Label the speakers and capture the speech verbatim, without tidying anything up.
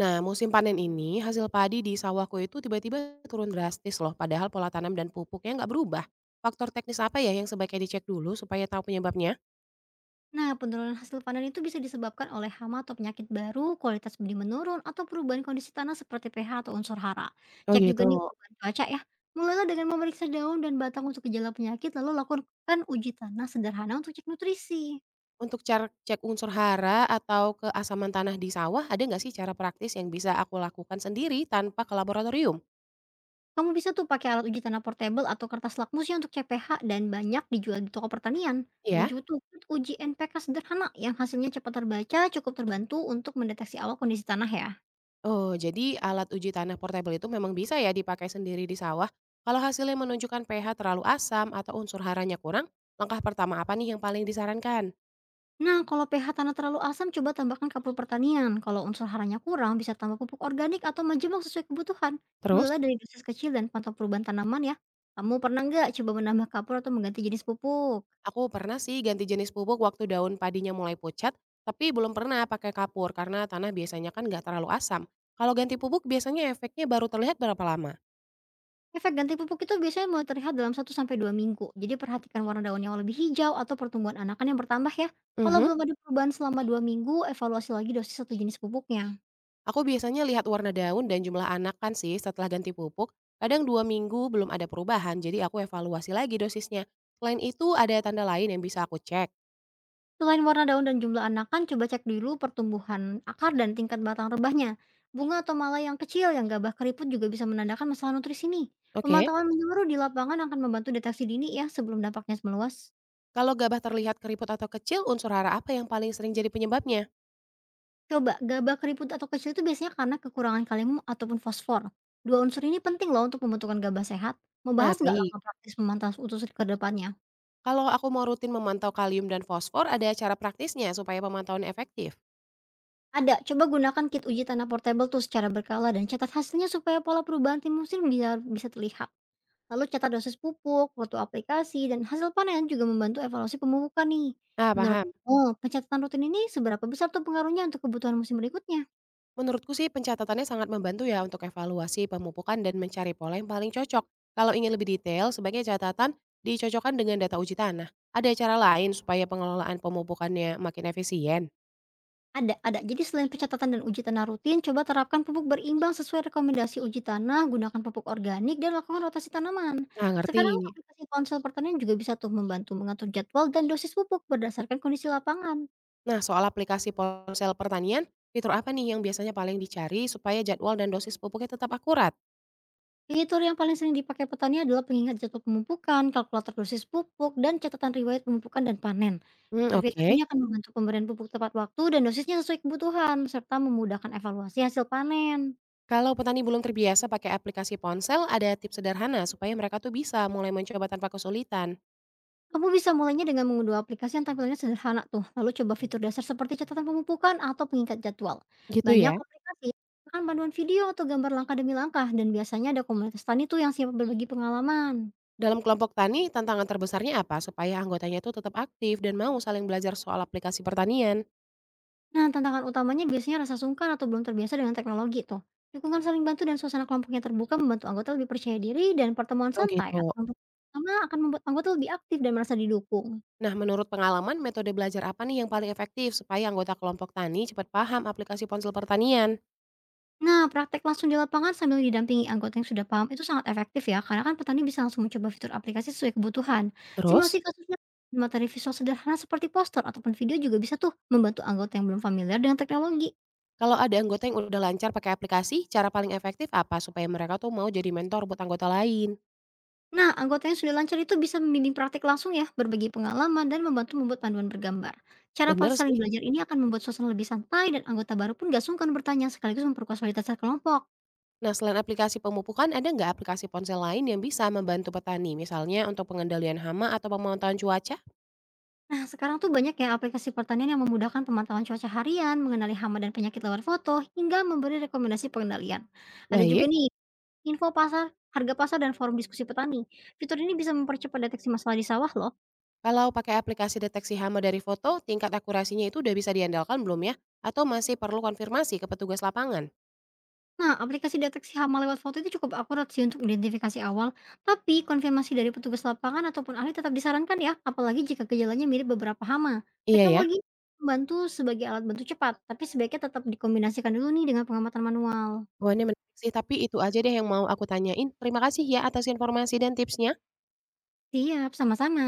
Speaker 1: Nah, musim panen ini hasil padi di sawahku itu tiba-tiba turun drastis loh, padahal pola tanam dan pupuknya nggak berubah. Faktor teknis apa ya yang sebaiknya dicek dulu supaya tahu penyebabnya?
Speaker 2: Nah, penurunan hasil panen itu bisa disebabkan oleh hama atau penyakit baru, kualitas benih menurun, atau perubahan kondisi tanah seperti pH atau unsur hara.
Speaker 1: Oh
Speaker 2: Cek juga nih
Speaker 1: gitu.
Speaker 2: perubahan cuaca ya. Mulailah dengan memeriksa daun dan batang untuk gejala penyakit, lalu lakukan uji tanah sederhana untuk cek nutrisi.
Speaker 1: Untuk cara cek unsur hara atau keasaman tanah di sawah, ada nggak sih cara praktis yang bisa aku lakukan sendiri tanpa ke laboratorium?
Speaker 2: Kamu bisa tuh pakai alat uji tanah portable atau kertas lakmus ya untuk cek pH dan banyak dijual di toko pertanian. Ada
Speaker 1: Ya,
Speaker 2: juga tuh kit uji N P K sederhana yang hasilnya cepat terbaca, cukup terbantu untuk mendeteksi awal kondisi tanah ya.
Speaker 1: oh jadi alat uji tanah portable itu memang bisa ya dipakai sendiri di sawah. Kalau hasilnya menunjukkan pe ha terlalu asam atau unsur haranya kurang, langkah pertama apa nih yang paling disarankan?
Speaker 2: Nah, kalau pH tanah terlalu asam, coba tambahkan kapur pertanian. Kalau unsur haranya kurang, bisa tambah pupuk organik atau majemuk sesuai kebutuhan.
Speaker 1: Terus?
Speaker 2: Mulai dari dosis kecil dan pantau perubahan tanaman ya. Kamu pernah nggak coba menambah kapur atau mengganti jenis pupuk?
Speaker 1: Aku pernah sih ganti jenis pupuk waktu daun padinya mulai pucat, tapi belum pernah pakai kapur karena tanah biasanya kan nggak terlalu asam. Kalau ganti pupuk biasanya efeknya baru terlihat berapa lama?
Speaker 2: Efek ganti pupuk itu biasanya mulai terlihat dalam satu sampai dua minggu. Jadi perhatikan warna daun yang lebih hijau atau pertumbuhan anakan yang bertambah ya. Kalau
Speaker 1: Mhm.
Speaker 2: belum ada perubahan selama dua minggu, evaluasi lagi dosis satu jenis pupuknya.
Speaker 1: Aku biasanya lihat warna daun dan jumlah anakan sih setelah ganti pupuk. Kadang dua minggu belum ada perubahan, jadi aku evaluasi lagi dosisnya. Selain itu ada tanda lain yang bisa aku cek.
Speaker 2: Selain warna daun dan jumlah anakan, coba cek dulu pertumbuhan akar dan tingkat batang rebahnya. Bunga atau mala yang kecil yang gabah keriput juga bisa menandakan masalah nutrisi nih.
Speaker 1: Oke.
Speaker 2: Pemantauan menyeluruh di lapangan akan membantu deteksi dini ya sebelum dampaknya meluas.
Speaker 1: Kalau gabah terlihat keriput atau kecil, unsur hara apa yang paling sering jadi penyebabnya?
Speaker 2: Coba gabah keriput atau kecil itu biasanya karena kekurangan kalium ataupun fosfor. Dua unsur ini penting loh untuk pembentukan gabah sehat. Mau
Speaker 1: Nah,
Speaker 2: bahas nggak
Speaker 1: baik.
Speaker 2: langkah praktis memantau utus ke depannya?
Speaker 1: Kalau aku mau rutin memantau kalium dan fosfor, ada cara praktisnya supaya pemantauan efektif?
Speaker 2: Ada, coba gunakan kit uji tanah portable tuh secara berkala dan catat hasilnya supaya pola perubahan tim musim bisa, bisa terlihat. Lalu catat dosis pupuk, foto aplikasi, dan hasil panen juga membantu evaluasi pemupukan nih.
Speaker 1: Nah,
Speaker 2: Menurut
Speaker 1: paham.
Speaker 2: kamu, pencatatan rutin ini seberapa besar tuh pengaruhnya untuk kebutuhan musim berikutnya?
Speaker 1: Menurutku sih pencatatannya sangat membantu ya untuk evaluasi pemupukan dan mencari pola yang paling cocok. Kalau ingin lebih detail, sebaiknya catatan dicocokkan dengan data uji tanah. Ada cara lain supaya pengelolaan pemupukannya makin efisien?
Speaker 2: Ada, ada. Jadi selain pencatatan dan uji tanah rutin, coba terapkan pupuk berimbang sesuai rekomendasi uji tanah, gunakan pupuk organik, dan lakukan rotasi tanaman.
Speaker 1: Nah, ngerti.
Speaker 2: Sekarang aplikasi ponsel pertanian juga bisa tuh membantu mengatur jadwal dan dosis pupuk berdasarkan kondisi lapangan.
Speaker 1: Nah, soal aplikasi ponsel pertanian, fitur apa nih yang biasanya paling dicari supaya jadwal dan dosis pupuknya tetap akurat?
Speaker 2: Fitur yang paling sering dipakai petani adalah pengingat jadwal pemupukan, kalkulator dosis pupuk, dan catatan riwayat pemupukan dan panen.
Speaker 1: Hmm,
Speaker 2: Fitur-fitur
Speaker 1: oke.
Speaker 2: ini akan membantu pemberian pupuk tepat waktu dan dosisnya sesuai kebutuhan, serta memudahkan evaluasi hasil panen.
Speaker 1: Kalau petani belum terbiasa pakai aplikasi ponsel, ada tips sederhana supaya mereka tuh bisa mulai mencoba tanpa kesulitan.
Speaker 2: Kamu bisa mulainya dengan mengunduh aplikasi yang tampilannya sederhana tuh, lalu coba fitur dasar seperti catatan pemupukan atau pengingat jadwal.
Speaker 1: Gitu
Speaker 2: Banyak
Speaker 1: ya.
Speaker 2: aplikasi akan panduan video atau gambar langkah demi langkah, dan biasanya ada komunitas tani tuh yang siap berbagi pengalaman.
Speaker 1: Dalam kelompok tani, tantangan terbesarnya apa supaya anggotanya itu tetap aktif dan mau saling belajar soal aplikasi pertanian?
Speaker 2: Nah, tantangan utamanya biasanya rasa sungkan atau belum terbiasa dengan teknologi tuh. Dukungan saling bantu dan suasana kelompoknya terbuka membantu anggota lebih percaya diri dan pertemuan
Speaker 1: Oh
Speaker 2: santai
Speaker 1: gitu.
Speaker 2: atau kelompok pertama akan membuat anggota lebih aktif dan merasa didukung.
Speaker 1: Nah, menurut pengalaman, metode belajar apa nih yang paling efektif supaya anggota kelompok tani cepat paham aplikasi ponsel pertanian?
Speaker 2: Nah, praktek langsung di lapangan sambil didampingi anggota yang sudah paham itu sangat efektif ya, karena kan petani bisa langsung mencoba fitur aplikasi sesuai kebutuhan.
Speaker 1: Terus?
Speaker 2: Simulasi kasusnya dan materi visual sederhana seperti poster ataupun video juga bisa tuh membantu anggota yang belum familiar dengan teknologi.
Speaker 1: Kalau ada anggota yang udah lancar pakai aplikasi, cara paling efektif apa supaya mereka tuh mau jadi mentor buat anggota lain?
Speaker 2: Nah, anggota yang sudah lancar itu bisa membimbing praktik langsung ya, berbagi pengalaman, dan membantu membuat panduan bergambar. Cara pas-
Speaker 1: Bener
Speaker 2: saling
Speaker 1: sih.
Speaker 2: belajar ini akan membuat suasana lebih santai dan anggota baru pun gak sungkan bertanya sekaligus memperkuat kualitas kelompok.
Speaker 1: Nah, selain aplikasi pemupukan, ada nggak aplikasi ponsel lain yang bisa membantu petani, misalnya untuk pengendalian hama atau pemantauan cuaca?
Speaker 2: Nah, sekarang tuh banyak ya aplikasi pertanian yang memudahkan pemantauan cuaca harian, mengenali hama dan penyakit lewat foto, hingga memberi rekomendasi pengendalian. Ada juga
Speaker 1: Baik,
Speaker 2: nih, info pasar, harga pasar, dan forum diskusi petani. Fitur ini bisa mempercepat deteksi masalah di sawah loh.
Speaker 1: kalau pakai aplikasi deteksi hama dari foto, tingkat akurasinya itu udah bisa diandalkan belum ya? Atau masih perlu konfirmasi ke petugas lapangan?
Speaker 2: Nah, aplikasi deteksi hama lewat foto itu cukup akurat sih untuk identifikasi awal, tapi konfirmasi dari petugas lapangan ataupun ahli tetap disarankan ya, apalagi jika gejalanya mirip beberapa hama.
Speaker 1: Iya ya.
Speaker 2: Teknologi membantu sebagai alat bantu cepat, tapi sebaiknya tetap dikombinasikan dulu nih dengan pengamatan manual.
Speaker 1: Wah, menarik sih, tapi itu aja deh yang mau aku tanyain. Terima kasih ya atas informasi dan tipsnya.
Speaker 2: Siap, sama-sama.